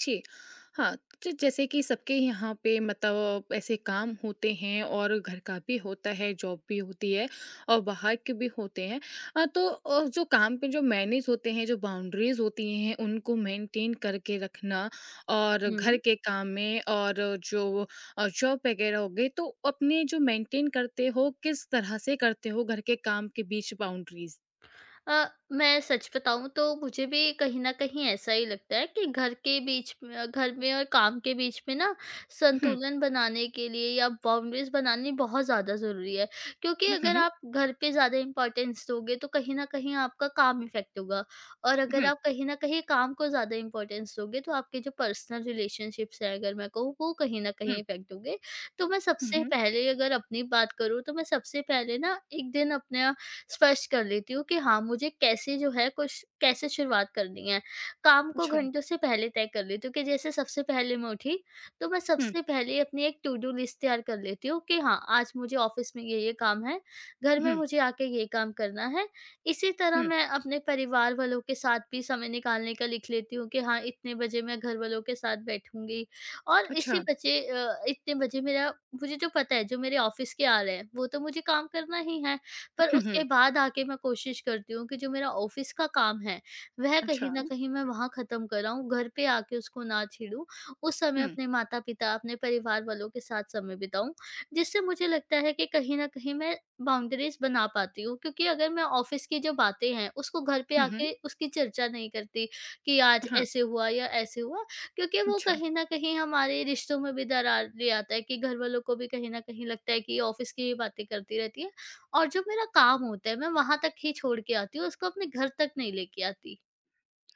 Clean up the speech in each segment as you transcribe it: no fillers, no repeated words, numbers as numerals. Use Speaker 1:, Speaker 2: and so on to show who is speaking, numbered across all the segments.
Speaker 1: जी। हाँ, ज जैसे कि सबके यहाँ पे मतलब ऐसे काम होते हैं और घर का भी होता है, जॉब भी होती है और बाहर के भी होते हैं। तो जो काम पे जो मैनेज होते हैं, जो बाउंड्रीज़ होती हैं, उनको मेंटेन करके रखना और
Speaker 2: हुँ।
Speaker 1: घर के काम में और जो जॉब वगैरह हो गई, तो अपने जो मेंटेन करते हो, किस तरह से करते हो घर के काम के बीच बाउंड्रीज़?
Speaker 2: अ, मैं सच बताऊँ तो मुझे भी कहीं न कहीं ऐसा ही लगता है कि घर में और काम के बीच में ना
Speaker 1: हुँ,
Speaker 2: संतुलन बनाने के लिए या बाउंड्रीज़ बनानी बहुत ज़्यादा ज़रूरी है। क्योंकि
Speaker 1: हुँ,
Speaker 2: अगर
Speaker 1: हुँ,
Speaker 2: आप घर पे ज़्यादा इम्पोर्टेंस दोगे तो कहीं न कहीं आपका काम इफ़ेक्ट होगा और अगर
Speaker 1: हुँ,
Speaker 2: आप कहीं न कहीं काम को ज़्यादा इम्पोर्टेंस दोगे तो आपके जो पर्सनल रिलेशनशिप्स हैं, अगर मैं कहूँ, वो कहीं न कहीं इफ़ेक्ट होंगे। तो मैं
Speaker 1: हुँ,
Speaker 2: सबसे
Speaker 1: हुँ,
Speaker 2: पहले अगर अपनी बात करूँ तो मैं सबसे पहले ना एक दिन अपना स्पष्ट कर लेती हूँ कि हाँ, मुझे कैसे जो है कुछ कैसे शुरुआत करनी है। काम को
Speaker 1: अच्छा।
Speaker 2: घंटों से पहले तय कर लेती हूँ कि जैसे सबसे पहले मैं उठी, तो मैं
Speaker 1: हुँ,
Speaker 2: सबसे पहले अपनी एक टू डू लिस्ट तैयार कर लेती हूँ कि हाँ, आज मुझे ऑफ़िस में ये-ये काम है, घर में
Speaker 1: हुँ,
Speaker 2: मुझे आके ये काम करना है। इसी तरह
Speaker 1: हुँ,
Speaker 2: मैं अपने परिवार वालों के साथ भी समय निकालने का लिख लेती हूँ कि हाँ, इतने बजे मैं घर वालों के साथ बैठूँगी और
Speaker 1: अच्छा।
Speaker 2: इतने बजे मेरा मुझे जो पता है, जो मेरे ऑफ़िस के आ रहे हैं, वो तो मुझे काम करना ही है। पर
Speaker 1: हुँ,
Speaker 2: उसके
Speaker 1: हुँ।
Speaker 2: बाद आके मैं कोशिश करती हूँ कि जो मेरा ऑफ़िस का काम है, वह
Speaker 1: अच्छा।
Speaker 2: कहीं न कहीं मैं वहाँ ख़त्म कर आऊँ, घर पे आके उसको ना छेड़ूँ। उस समय
Speaker 1: हुँ,
Speaker 2: अपने माता-पिता, अपने परिवार वालों के साथ समय बिताऊँ, जिससे मुझे लगता है कि कहीं न कहीं मैं बाउंड्रीज़ बना पाती हूँ, क्योंकि अगर मैं ऑफ़िस की जो बातें हैं, उसको घर पे
Speaker 1: हुँ, हुँ।
Speaker 2: आके उसकी चर्चा नहीं करती कि आज
Speaker 1: हाँ,
Speaker 2: ऐसे हुआ या ऐसे हुआ, क्योंकि वो
Speaker 1: अच्छा।
Speaker 2: कहीं न कहीं हमारे रिश्तों में भी दरार ले आता है कि घर वालों को भी कहीं न कहीं लगता है कि ऑफ़िस की ही बातें करती रहती है। और जो मेरा काम होता है, मैं वहाँ तक ही छोड़ के आती हूँ, उसको अपने घर तक नहीं लेके आती।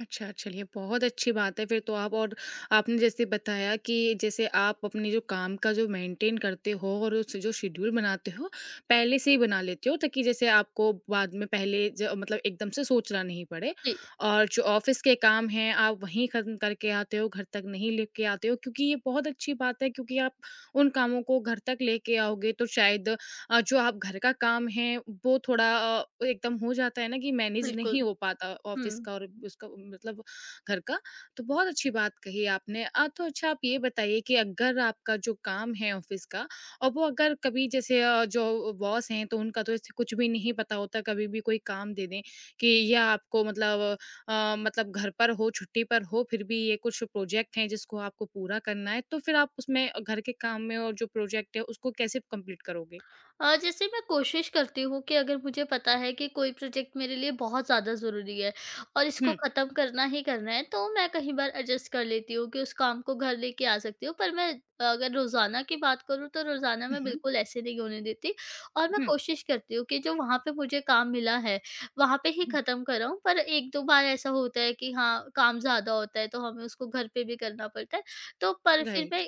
Speaker 1: अच्छा, चलिए बहुत अच्छी बात है फिर तो आप और आपने जैसे बताया कि जैसे आप अपने जो काम का जो मेंटेन करते हो और उस जो शेड्यूल बनाते हो, पहले से ही बना लेते हो ताकि जैसे आपको बाद में पहले ज मतलब एकदम से सोचना नहीं पड़े।
Speaker 2: जी,
Speaker 1: और जो ऑफ़िस के काम हैं आप वहीं ख़त्म करके आते हो, घर तक नहीं लेके आते हो क्योंकि ये बहुत अच्छी बात है क्योंकि आप उन कामों को घर तक लेके आओगे तो शायद जो आप घर का काम है वो थोड़ा एकदम हो जाता है ना कि मैनेज नहीं
Speaker 2: बिल्कुल।
Speaker 1: हो पाता
Speaker 2: हुँ।
Speaker 1: ऑफिस का और उसका मतलब घर का तो बहुत अच्छी बात कही आपने तो अच्छा आप ये बताइए कि अगर आपका जो काम है ऑफिस का और वो अगर कभी जैसे जो बॉस हैं तो उनका तो इससे कुछ भी नहीं पता होता कभी भी कोई काम दे दें कि यह आपको मतलब घर पर हो छुट्टी पर हो फिर भी ये कुछ प्रोजेक्ट हैं जिसको आपको पूरा करना है तो फिर आप उसमें घर के काम में और जो प्रोजेक्ट है उसको कैसे कंप्लीट करोगे?
Speaker 2: जैसे मैं कोशिश करती हूँ कि अगर मुझे पता है कि कोई प्रोजेक्ट मेरे लिए बहुत ज़्यादा ज़रूरी है और इसको
Speaker 1: Hmm,
Speaker 2: ख़त्म करना ही करना है, तो मैं कहीं बार एडजस्ट कर लेती हूँ कि उस काम को घर लेके आ सकती हूँ। पर मैं, अगर रोज़ाना की बात करूँ, तो रोज़ाना मैं
Speaker 1: mhm,
Speaker 2: बिल्कुल ऐसे नहीं होने देती और मैं
Speaker 1: mhm,
Speaker 2: कोशिश करती हूँ कि जो वहाँ पे मुझे काम मिला है, वहाँ पे ही
Speaker 1: mhm.
Speaker 2: ख़त्म कराऊँ। पर एक दो बार ऐसा होता है कि हाँ, काम ज़्यादा होता है तो हमें उसको घर पे भी करना पड़ता है। तो पर फिर
Speaker 1: Right.
Speaker 2: मैं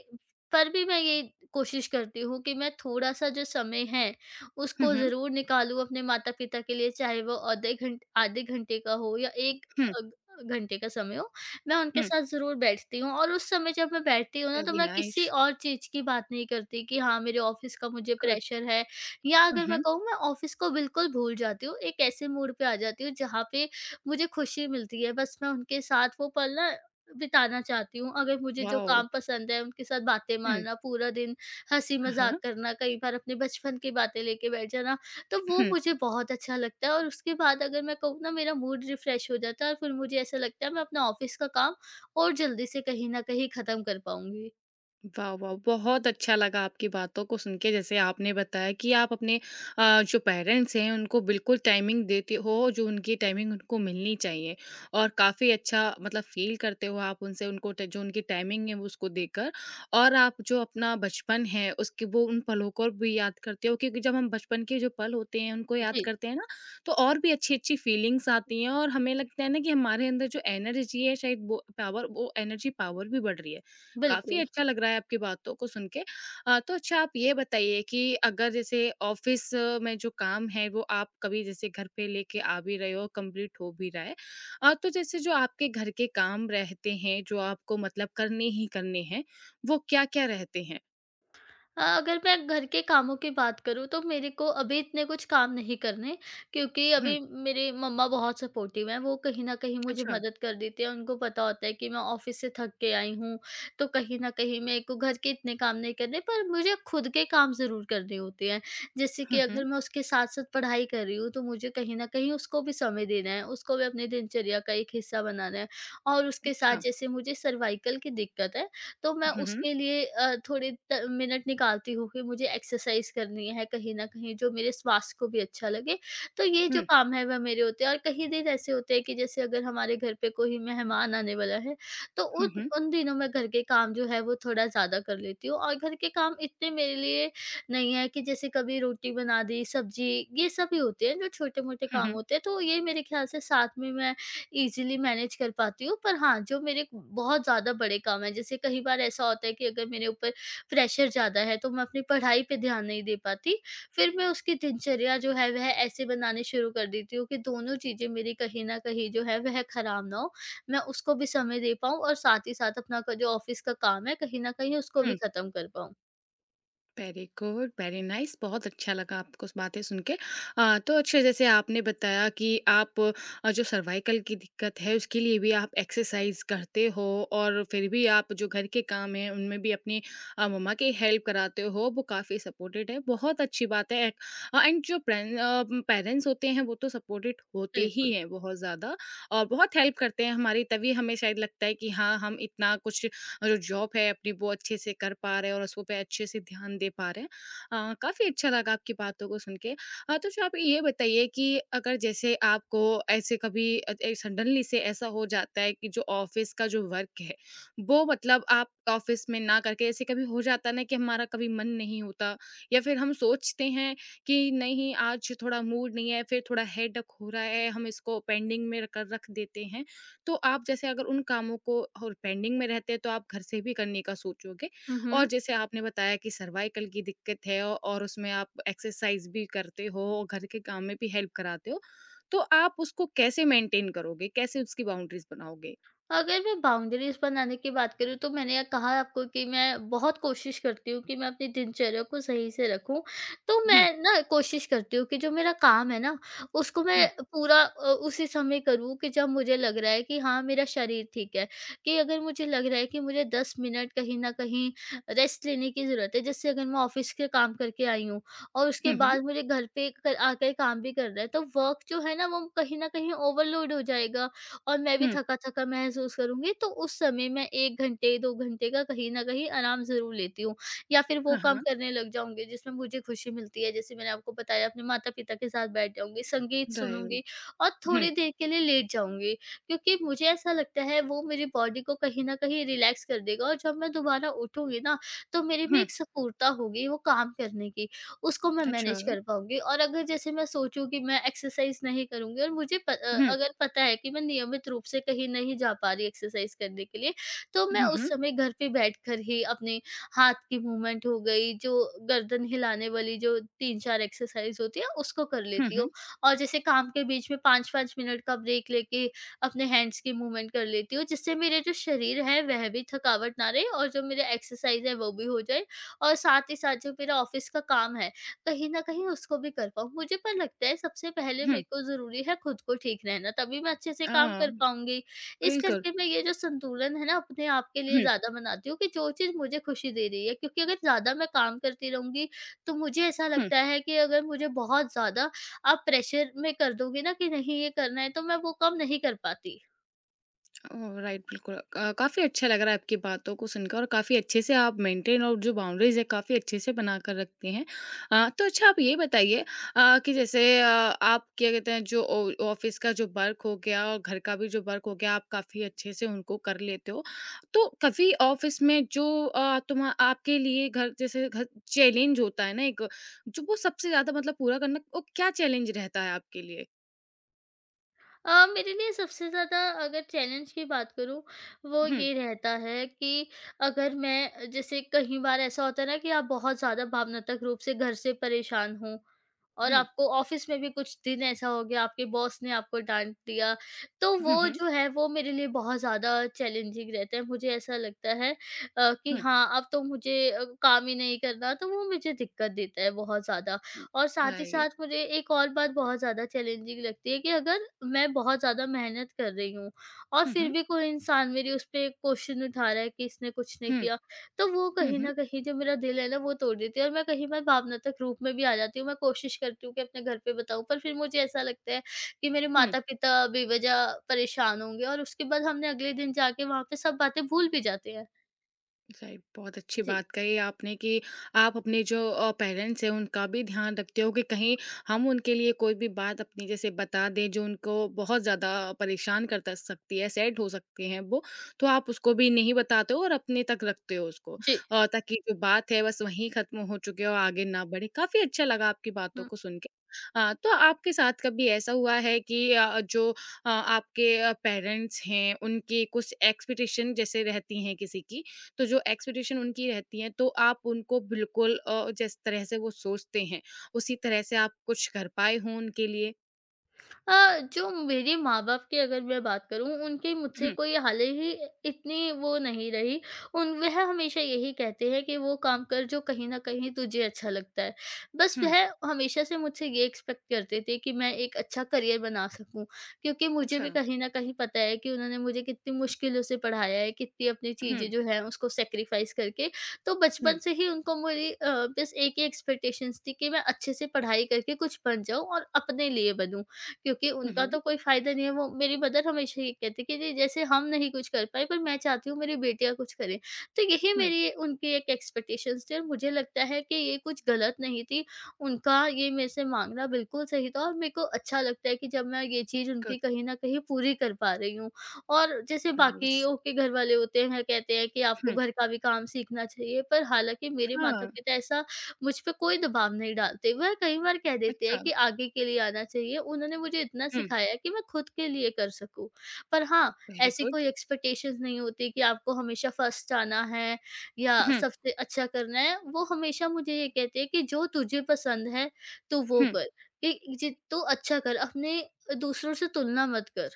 Speaker 2: पर भी मैं ये कोशिश करती हूँ कि मैं थोड़ा-सा जो समय है, उसको
Speaker 1: Mhm,
Speaker 2: ज़रूर निकालूँ अपने माता-पिता के लिए, चाहे वो औधे घंट आधे घंटे का हो या 1
Speaker 1: hmm,
Speaker 2: घंटे का समय हो। मैं उनके
Speaker 1: hmm.
Speaker 2: साथ ज़रूर बैठती हूँ और उस समय जब मैं बैठती हूँ ना, तो
Speaker 1: Very
Speaker 2: मैं किसी
Speaker 1: nice.
Speaker 2: और चीज़ की बात नहीं करती कि हाँ, मेरे ऑफ़िस का मुझे
Speaker 1: Good.
Speaker 2: प्रेशर है, या अगर मैं
Speaker 1: Mhm.
Speaker 2: कहूँ, मैं ऑफ़िस को बिल्कुल भूल जाती हूँ। एक ऐसे मूड पे आ जाती हूँ, जहाँ पे मुझे खुशी मिलती है। बस मैं उनके साथ वो पल ना बिताना चाहती हूँ। अगर मुझे जो
Speaker 1: Wow.
Speaker 2: काम पसंद है, उनके साथ बातें
Speaker 1: Hmm.
Speaker 2: मारना, पूरा दिन हँसी-मज़ाक
Speaker 1: Uh-huh.
Speaker 2: करना, कई बार अपने बचपन की बातें लेके बैठ जाना, तो वो
Speaker 1: Hmm.
Speaker 2: मुझे बहुत अच्छा लगता है और उसके बाद अगर मैं कहूँ ना, मेरा मूड रिफ़्रेश हो जाता है और फिर मुझे ऐसा लगता है मैं अपना ऑफ़िस का काम और जल्दी से कहीं न कहीं ख़त्म कर पाऊँगी।
Speaker 1: वाह, वाह! बहुत अच्छा लगा आपकी बातों को सुन के, जैसे आपने बताया कि आप अपने जो पेरेंट्स हैं, उनको बिल्कुल टाइमिंग देते हो, जो उनकी टाइमिंग उनको मिलनी चाहिए और काफ़ी अच्छा मतलब फ़ील करते हो आप उनसे, उनको ट जो उनकी टाइमिंग है, वो उसको देकर और आप जो अपना बचपन है, उसके वो उन पलों को भी याद करते हो क्योंकि जब हम बचपन के जो पल होते हैं, उनको याद
Speaker 2: जी,
Speaker 1: करते हैं ना, तो और भी अच्छी-अच्छी फीलिंग्स आती हैं और हमें लगता है ना कि हमारे अंदर जो एनर्जी है, शायद वो पावर वो एनर्जी पावर भी बढ़ रही है। काफ़ी
Speaker 2: बिल्कुल।
Speaker 1: अच्छा लग रहा है आपकी बातों को सुन के। तो अच्छा आप ये बताइए कि अगर जैसे ऑफ़िस में जो काम है वो आप कभी जैसे घर पे लेके आ भी रहे हो, कंप्लीट हो भी रहा है। तो जैसे जो आपके घर के काम रहते हैं, जो आपको मतलब करने ही करने हैं, वो क्या-क्या रहते हैं?
Speaker 2: हाँ, अगर मैं घर के कामों की बात करूँ, तो मेरे को अभी इतने कुछ काम नहीं करने, क्योंकि
Speaker 1: हुँ,
Speaker 2: अभी मेरे मम्मा बहुत सपोर्टिव हैं। वो कहीं न कहीं मुझे
Speaker 1: अच्छा।
Speaker 2: मदद कर देती हैं। उनको पता होता है कि मैं ऑफ़िस से थक के आई हूँ, तो कहीं न कहीं मेरे को घर के इतने काम नहीं करने, पर मुझे खुद के काम ज़रूर करने होते हैं। जैसे कि
Speaker 1: हुँ, हुँ,
Speaker 2: अगर मैं उसके साथ-साथ पढ़ाई कर रही हूँ, तो मुझे कहीं न कहीं उसको भी समय देना है, उसको भी अपनी दिनचर्या का एक हिस्सा बनाना है और उसके साथ
Speaker 1: अच्छा।
Speaker 2: जैसे मुझे सर्वाइकल की दिक्कत है, तो मैं
Speaker 1: हुँ, हुँ,
Speaker 2: उसके लिए थोड़े त मिनट निकालती हूँ कि मुझे एक्सरसाइज़ करनी है कहीं न कहीं जो मेरे स्वास्थ्य को भी अच्छा लगे। तो ये जो
Speaker 1: हुँ,
Speaker 2: काम है, वह मेरे होते हैं और कहीं दिन ऐसे होते हैं कि जैसे अगर हमारे घर पे कोई मेहमान आने वाला है, तो
Speaker 1: हुँ,
Speaker 2: उन
Speaker 1: हुँ,
Speaker 2: उन दिनों मैं घर के काम जो है वो थोड़ा ज़्यादा कर लेती हूँ और घर के काम इतने मेरे लिए नहीं है कि जैसे कभी रोटी बना दी, सब्ज़ी, ये सब ही होते हैं जो छोटे-मोटे
Speaker 1: हुँ,
Speaker 2: काम
Speaker 1: हुँ,
Speaker 2: होते हैं। तो ये मेरे ख्याल से साथ में मैं ईज़िली मैनेज कर पाती हूँ। पर हाँ, जो मेरे बहुत ज़्यादा बड़े काम हैं, जैसे कई बार ऐसा होता है कि अगर मेरे ऊपर प्रेशर ज़्यादा है, तो मैं अपनी पढ़ाई पे ध्यान नहीं दे पाती। फिर मैं उसकी दिनचर्या जो है, वह ऐसे बनानी शुरू कर देती हूँ कि दोनों चीज़ें मेरी कहीं न कहीं जो है, वह खराब ना हो। मैं उसको भी समय दे पाऊँ और साथ ही साथ अपना क जो ऑफ़िस का काम है, कहीं न कहीं उसको भी
Speaker 1: हुँ।
Speaker 2: ख़त्म कर पाऊँ।
Speaker 1: वेरी गुड, वेरी नाइस बहुत अच्छा लगा आपको स बातें सुन के। तो अच्छा जैसे आपने बताया कि आप जो सर्वाइकल की दिक्कत है उसके लिए भी आप एक्सरसाइज़ करते हो और फिर भी आप जो घर के काम हैं उनमें भी अपनी मम्मा की हेल्प कराते हो, वो काफ़ी सपोर्टेड है, बहुत अच्छी बात है। एंड जो पेरेंट्स होते हैं वो तो सपोर्टेड होते ही
Speaker 2: बिल्कुल।
Speaker 1: हैं बहुत ज़्यादा और बहुत हेल्प करते हैं हमारी तभी हमें शायद लगता है कि हाँ, हम इतना कुछ जो जॉब है अपनी वो अच्छे से कर पा रहे हैं और उसको पे अच्छे से ध्यान दे पा रहे हैं। काफ़ी अच्छा लगा आपकी बातों को सुन के। तो जो आप ये बताइए कि अगर जैसे आपको ऐसे कभी अ, ए सडनली से ऐसा हो जाता है कि जो ऑफ़िस का जो वर्क है, वो मतलब आप ऑफ़िस में ना करके ऐसे कभी हो जाता है ना कि हमारा कभी मन नहीं होता या फिर हम सोचते हैं कि नहीं आज थोड़ा मूड नहीं है, फिर थोड़ा हेडेक हो रहा है, हम इसको पेंडिंग में कर रख देते हैं। तो आप जैसे अगर उन कामों को और पेंडिंग में रहते हैं तो आप घर से भी करने का सोचोगे
Speaker 2: हुँ,
Speaker 1: और
Speaker 2: हुँ।
Speaker 1: जैसे आपने बताया कि सर्वाइकल की दिक्कत है और उसमें आप एक्सरसाइज भी करते हो और घर के काम में भी हेल्प कराते हो तो आप उसको कैसे मेंटेन करोगे, कैसे उसकी बाउंड्रीज बनाओगे?
Speaker 2: अगर मैं बाउंड्रीज़ बनाने की बात करूँ, तो मैंने ये कहा आपको कि मैं बहुत कोशिश करती हूँ कि मैं अपनी दिनचर्या को सही से रखूँ। तो
Speaker 1: हम्म,
Speaker 2: मैं ना कोशिश करती हूँ कि जो मेरा काम है ना, उसको
Speaker 1: हम्म,
Speaker 2: मैं पूरा उसी समय करूँ कि जब मुझे लग रहा है कि हाँ, मेरा शरीर ठीक है। कि अगर मुझे लग रहा है कि मुझे 10 मिनट कहीं न कहीं रेस्ट लेने की ज़रूरत है, जैसे अगर मैं ऑफ़िस के काम करके आई हूँ और उसके
Speaker 1: हम्म, हम्म,
Speaker 2: बाद मुझे घर पे क आकर काम भी करना है, तो वर्क जो है ना, वो कहीं न कहीं ओवरलोड हो जाएगा और मैं भी
Speaker 1: हम्म,
Speaker 2: थका-थका महसूस करूँगी, तो उस समय मैं 1 घंटे, 2 घंटे का कहीं न कहीं आराम ज़रूर लेती हूँ। या फिर वो
Speaker 1: हाँ,
Speaker 2: काम
Speaker 1: हाँ।
Speaker 2: करने लग जाऊँगी जिसमें मुझे खुशी मिलती है, जैसे मैंने आपको बताया, अपने माता-पिता के साथ बैठ जाऊँगी, संगीत सुनूँगी
Speaker 1: राइट।
Speaker 2: और
Speaker 1: हम्म,
Speaker 2: थोड़ी देर के लिए लेट जाऊँगी। क्योंकि मुझे ऐसा लगता है वो मेरी बॉडी को कहीं न कहीं रिलैक्स कर देगा और जब मैं दोबारा उठूँगी ना, तो मेरे में
Speaker 1: हम्म,
Speaker 2: एक स्फूर्ता होगी वो काम करने की। उसको मैं
Speaker 1: अच्छा।
Speaker 2: मैनेज कर पाऊँगी। और अगर जैसे मैं सोचूँ कि मैं एक्सरसाइज़ नहीं करूँगी और मुझे
Speaker 1: हम्म,
Speaker 2: अगर पता है कि मैं नियमित रूप से कहीं नहीं जा पा रही एक्सरसाइज़ करने के लिए, तो मैं
Speaker 1: हम्म,
Speaker 2: उस
Speaker 1: हम्म,
Speaker 2: समय घर पे बैठकर ही अपने हाथ की मूवमेंट हो गई, जो गर्दन हिलाने वाली जो 3-4 एक्सरसाइज़ होती है, उसको कर लेती हूँ।
Speaker 1: हम्म,
Speaker 2: और जैसे काम के बीच में 5-5 मिनट का ब्रेक लेके अपने हैंड्स की मूवमेंट कर लेती हूँ, जिससे मेरे जो शरीर है, वह भी थकावट ना रहे और जो मेरा एक्सरसाइज़ है, वो भी हो जाए और साथ ही साथ जो मेरा ऑफ़िस का काम है, कहीं न कहीं उसको भी कर पाऊँ। मुझे पर लगता है सबसे पहले मेरे
Speaker 1: हम्म,
Speaker 2: को ज़रूरी है खुद को ठीक रहना, तभी मैं अच्छे से काम कर
Speaker 1: हाँ,
Speaker 2: पाऊँगी। इस
Speaker 1: बिल्कुल।
Speaker 2: करके मैं ये जो संतुलन है ना, अपने आप के लिए
Speaker 1: हम्म,
Speaker 2: ज़्यादा बनाती हूँ कि जो चीज़ मुझे खुशी दे रही है, क्योंकि अगर ज़्यादा मैं काम करती रहूँगी, तो मुझे ऐसा
Speaker 1: हम्म।
Speaker 2: लगता है कि अगर मुझे बहुत ज़्यादा आप प्रेशर में कर दोगे ना कि नहीं ये करना है, तो मैं वो काम नहीं कर पाती।
Speaker 1: ओह! राइट, बिल्कुल। काफ़ी अच्छा लग रहा है आपकी बातों को सुनकर और काफ़ी अच्छे से आप मेंटेन और जो बाउंड्रीज़ है, काफ़ी अच्छे से बनाकर रखते हैं। तो अच्छा आप ये बताइए कि जैसे आप क्या कहते हैं जो ऑ ऑफ़िस का जो वर्क हो गया और घर का भी जो वर्क हो गया, आप काफ़ी अच्छे से उनको कर लेते हो। तो कभी ऑफ़िस में जो अ, तुम्हा आपके लिए घर जैसे घर चैलेंज होता है ना एक, जो वो सबसे ज़्यादा मतलब पूरा करना वो क्या चैलेंज रहता है आपके लिए?
Speaker 2: मेरे लिए सबसे ज़्यादा अगर चैलेंज की बात करूँ, वो
Speaker 1: हुँ,
Speaker 2: ये रहता है कि अगर मैं, जैसे कई बार ऐसा होता है ना कि आप बहुत ज़्यादा भावनात्मक रूप से घर से परेशान हो और
Speaker 1: हुँ,
Speaker 2: आपको ऑफिस में भी कुछ दिन ऐसा हो गया, आपके बॉस ने आपको डाँट दिया, तो
Speaker 1: हुँ,
Speaker 2: वो
Speaker 1: हुँ,
Speaker 2: जो है वो मेरे लिए बहुत ज़्यादा चैलेंजिंग रहता है। मुझे ऐसा लगता है कि
Speaker 1: हुँ।
Speaker 2: हाँ, अब तो मुझे काम ही नहीं करना, तो वो मुझे दिक्कत देता है बहुत ज़्यादा। और साथ ही
Speaker 1: राइट।
Speaker 2: साथ मुझे एक और बात बहुत ज़्यादा चैलेंजिंग लगती है कि अगर मैं बहुत ज़्यादा मेहनत कर रही हूँ और
Speaker 1: हुँ,
Speaker 2: फिर
Speaker 1: हुँ।
Speaker 2: भी कोई इंसान मेरी उस पे क्वेश्चन उठा रहा है कि इसने कुछ नहीं
Speaker 1: 嗯
Speaker 2: किया, तो वो
Speaker 1: 嗯
Speaker 2: कहीं न
Speaker 1: 嗯
Speaker 2: कहीं जो मेरा दिल है ना, वो तोड़ देती है और मैं कहीं बार भावनात्मक रूप में भी आ जाती हूँ। मैं कोशिश करती हूँ कि अपने घर पे बताऊँ, पर फिर मुझे ऐसा लगता है कि मेरे
Speaker 1: 嗯。
Speaker 2: माता-पिता बेवजह परेशान होंगे और उसके बाद हमने अगले दिन जाके वहाँ पे सब बातें भूल भी जाते हैं।
Speaker 1: सही बहुत अच्छी
Speaker 2: जी।
Speaker 1: बात कही आपने कि आप अपने जो पेरेंट्स हैं उनका भी ध्यान रखते हो कि कहीं हम उनके लिए कोई भी बात अपनी जैसे बता दें जो उनको बहुत ज़्यादा परेशान कर तक सकती है सैड हो सकते हैं वो तो आप उसको भी नहीं बताते हो और अपने तक रखते हो उसको
Speaker 2: जी।
Speaker 1: ताकि जो बात है बस वहीं ख़त्म हो चुके और आगे ना बढ़े। काफ़ी अच्छा लगा आपकी बातों
Speaker 2: हुँ।
Speaker 1: को सुन के। तो आपके साथ कभी ऐसा हुआ है कि जो आपके पेरेंट्स हैं उनकी कुछ एक्सपेक्टेशन जैसे रहती हैं किसी की तो जो एक्सपेक्टेशन उनकी रहती है तो आप उनको बिल्कुल जिस तरह से वो सोचते हैं उसी तरह से आप कुछ कर पाए हों उनके लिए?
Speaker 2: जो मेरे माँ-बाप की अगर मैं बात करूँ, उनकी मुझसे
Speaker 1: हुँ,
Speaker 2: कोई हाले ही इतनी वो नहीं रही। उन वह हमेशा यही कहते हैं कि वो काम कर जो कहीं न कहीं तुझे अच्छा लगता है। बस
Speaker 1: हुँ,
Speaker 2: वह हमेशा से मुझसे ये एक्सपेक्ट करते थे कि मैं एक अच्छा करियर बना सकूँ, क्योंकि मुझे
Speaker 1: अच्छा।
Speaker 2: भी कहीं न कहीं पता है कि उन्होंने मुझे कितनी मुश्किलों से पढ़ाया है, कितनी अपनी
Speaker 1: हुँ,
Speaker 2: चीज़ें जो हैं उसको सैक्रिफ़ाइस करके। तो बचपन
Speaker 1: हुँ,
Speaker 2: से ही उनको मेरी बस एक ही एक्सपेक्टेशंस थी कि मैं अच्छे से पढ़ाई करके कुछ बन जाऊँ और अपने लिए बनूँ। क्योंकि
Speaker 1: हुँ,
Speaker 2: उनका तो
Speaker 1: हुँ,
Speaker 2: कोई फ़ायदा नहीं है, वो मेरी मदर हमेशा ये कहती कि जी, जैसे हम नहीं कुछ कर पाए, पर मैं चाहती हूँ मेरी बेटियाँ कुछ करें। तो यही
Speaker 1: हुँ,
Speaker 2: मेरी उनकी एक एक्सपेक्टेशंस थी और मुझे लगता है कि ये कुछ गलत नहीं थी, उनका ये मेरे से माँगना बिल्कुल सही था और मेरे को अच्छा लगता है कि जब मैं ये चीज़ उनकी
Speaker 1: गुड,
Speaker 2: कहीं न कहीं पूरी कर पा रही हूँ। और जैसे
Speaker 1: नाइस।
Speaker 2: बाकियों के घर वाले होते हैं, कहते हैं कि आपको
Speaker 1: हुँ,
Speaker 2: घर का भी काम सीखना चाहिए, पर हालाँकि मेरे
Speaker 1: हाँ,
Speaker 2: माता-पिता ऐसा मुझ पे कोई दबाव नहीं डालते। वह कई बार कह देते हैं
Speaker 1: अच्छा।
Speaker 2: कि आगे के लिए आना चाहिए, उन्होंने मुझे इतना
Speaker 1: हुँ,
Speaker 2: सिखाया कि मैं खुद के लिए कर सकूँ। पर हाँ,
Speaker 1: वेरी
Speaker 2: ऐसी
Speaker 1: गुड।
Speaker 2: कोई एक्सपेक्टेशंस नहीं होती कि आपको हमेशा फर्स्ट आना है या
Speaker 1: हुँ,
Speaker 2: सबसे अच्छा करना है। वो हमेशा मुझे ये कहते हैं कि जो तुझे पसंद है, तू वो
Speaker 1: हुँ।
Speaker 2: कर, कि जि तू अच्छा कर, अपने दूसरों से तुलना मत कर।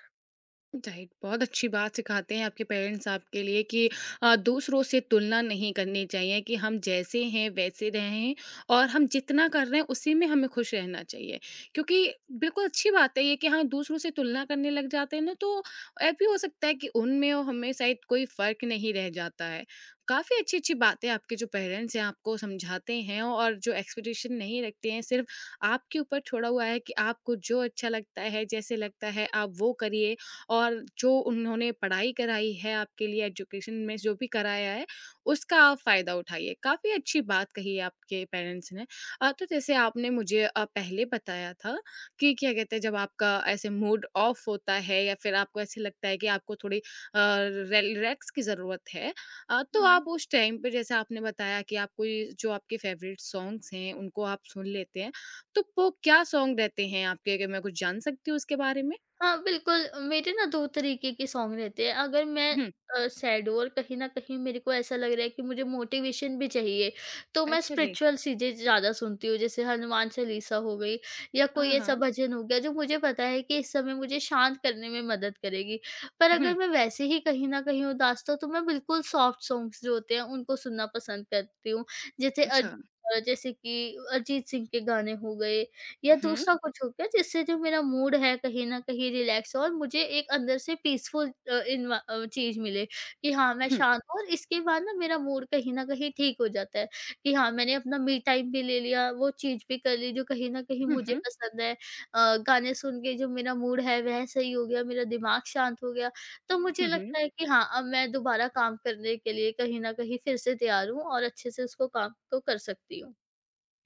Speaker 1: राइट बहुत अच्छी बात सिखाते हैं आपके पेरेंट्स आपके लिए कि दूसरों से तुलना नहीं करनी चाहिए कि हम जैसे हैं वैसे रहें और हम जितना कर रहे हैं उसी में हमें खुश रहना चाहिए क्योंकि बिल्कुल अच्छी बात है ये कि हाँ दूसरों से तुलना करने लग जाते हैं ना तो ऐ भी हो सकता है कि उनमें और हमें शायद कोई फर्क नहीं रह जाता है। काफ़ी अच्छी अच्छी बातें आपके जो पेरेंट्स हैं आपको समझाते हैं और जो एक्सपेक्टेशन नहीं रखते हैं सिर्फ आपके ऊपर छोड़ा हुआ है कि आपको जो अच्छा लगता है जैसे लगता है आप वो करिए और जो उन्होंने पढ़ाई कराई है आपके लिए एजुकेशन में जो भी कराया है, उसका आप फ़ायदा उठाइए। काफ़ी अच्छी बात कही है आपके पेरेंट्स ने। तो जैसे आपने मुझे पहले बताया था कि क्या कहते हैं जब आपका ऐसे मूड ऑफ होता है या फिर आपको ऐसे लगता है कि आपको थोड़ी अ, रि रिलैक्स की ज़रूरत है। तो आप
Speaker 2: हुँ।
Speaker 1: उस टाइम पे जैसे आपने बताया कि आप कोई जो आपके फ़ेवरेट सॉन्ग्स हैं, उनको आप सुन लेते हैं। तो वो क्या सॉन्ग रहते हैं आपके? क्या मैं कुछ जान सकती हूँ उसके बारे में?
Speaker 2: हाँ, बिल्कुल मेरे ना 2 तरीके के सॉन्ग रहते हैं। अगर मैं
Speaker 1: हुँ।
Speaker 2: सैड हूँ और कहीं न कहीं मेरे को ऐसा लग रहा है कि मुझे मोटिवेशन भी चाहिए, तो मैं
Speaker 1: अच्छा जी।
Speaker 2: स्पिरिचुअल चीज़ें ज़्यादा सुनती हूँ। जैसे हनुमान चालीसा हो गई या कोई
Speaker 1: हाँ,
Speaker 2: ऐसा
Speaker 1: हाँ।
Speaker 2: भजन हो गया जो मुझे पता है कि इस समय मुझे शांत करने में मदद करेगी। पर अगर
Speaker 1: हुँ,
Speaker 2: मैं वैसे ही कहीं न कहीं उदास तो मैं बिल्कुल सॉफ्ट सॉन्ग्स जो होते हैं उनको सुनना पसंद करती हूँ। जैसे अर
Speaker 1: अच्छा।
Speaker 2: जैसे कि अरिजीत सिंह के गाने हो गए या
Speaker 1: हुँ,
Speaker 2: दूसरा कुछ हो गया, जिससे जो मेरा मूड है कहीं न कहीं रिलैक्स हो और मुझे एक अंदर से पीसफुल चीज़ मिले कि हाँ, मैं
Speaker 1: हुँ,
Speaker 2: शांत हूँ और इसके बाद ना मेरा मूड कहीं न कहीं ठीक हो जाता है कि हाँ, मैंने अपना मी टाइम भी ले लिया, वो चीज़ भी कर ली जो कहीं न कहीं
Speaker 1: हुँ,
Speaker 2: मुझे
Speaker 1: हुँ,
Speaker 2: पसंद है। गाने सुन के जो मेरा मूड है वह सही हो गया, मेरा दिमाग शांत हो गया। तो मुझे
Speaker 1: हुँ, हुँ।
Speaker 2: लगता है कि हाँ, अब मैं दोबारा काम करने के लिए कहीं न कहीं फिर से तैयार हूँ और अच्छे से उसको काम को कर सकती हूँ।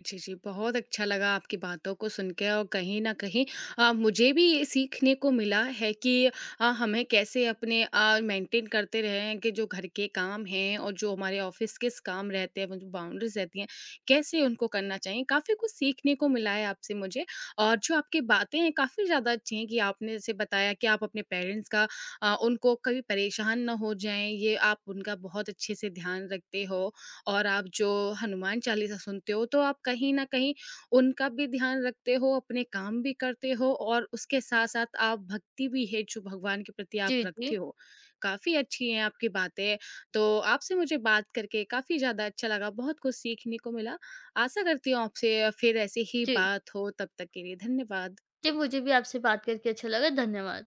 Speaker 1: जी, जी, बहुत अच्छा लगा आपकी बातों को सुन के और कहीं न कहीं मुझे भी ये सीखने को मिला है कि हमें कैसे अपने मेंटेन करते रहें कि जो घर के काम हैं और जो हमारे ऑफ़िस के स काम रहते हैं, वो जो बाउंड्रीज़ रहती हैं, कैसे उनको करना चाहिए। काफ़ी कुछ सीखने को मिला है आपसे मुझे और जो आपकी बातें हैं, काफ़ी ज़्यादा अच्छी हैं कि आपने जैसे बताया कि आप अपने पेरेंट्स का उनको कभी परेशान ना हो जाएँ, ये आप उनका बहुत अच्छे से ध्यान रखते हो। और आप जो हनुमान चालीसा सुनते हो तो आप कहीं न कहीं उनका भी ध्यान रखते हो, अपने काम भी करते हो और उसके साथ-साथ आप भक्ति भी है जो भगवान के प्रति आप
Speaker 2: जी,
Speaker 1: रखते
Speaker 2: जी।
Speaker 1: हो। काफ़ी अच्छी हैं आपकी बातें, तो आपसे मुझे बात करके काफ़ी ज़्यादा अच्छा लगा, बहुत कुछ सीखने को मिला। आशा करती हूँ आपसे फिर ऐसी ही
Speaker 2: जी।
Speaker 1: बात हो, तब तक के लिए धन्यवाद।
Speaker 2: जी, मुझे भी आपसे बात करके अच्छा लगा। धन्यवाद।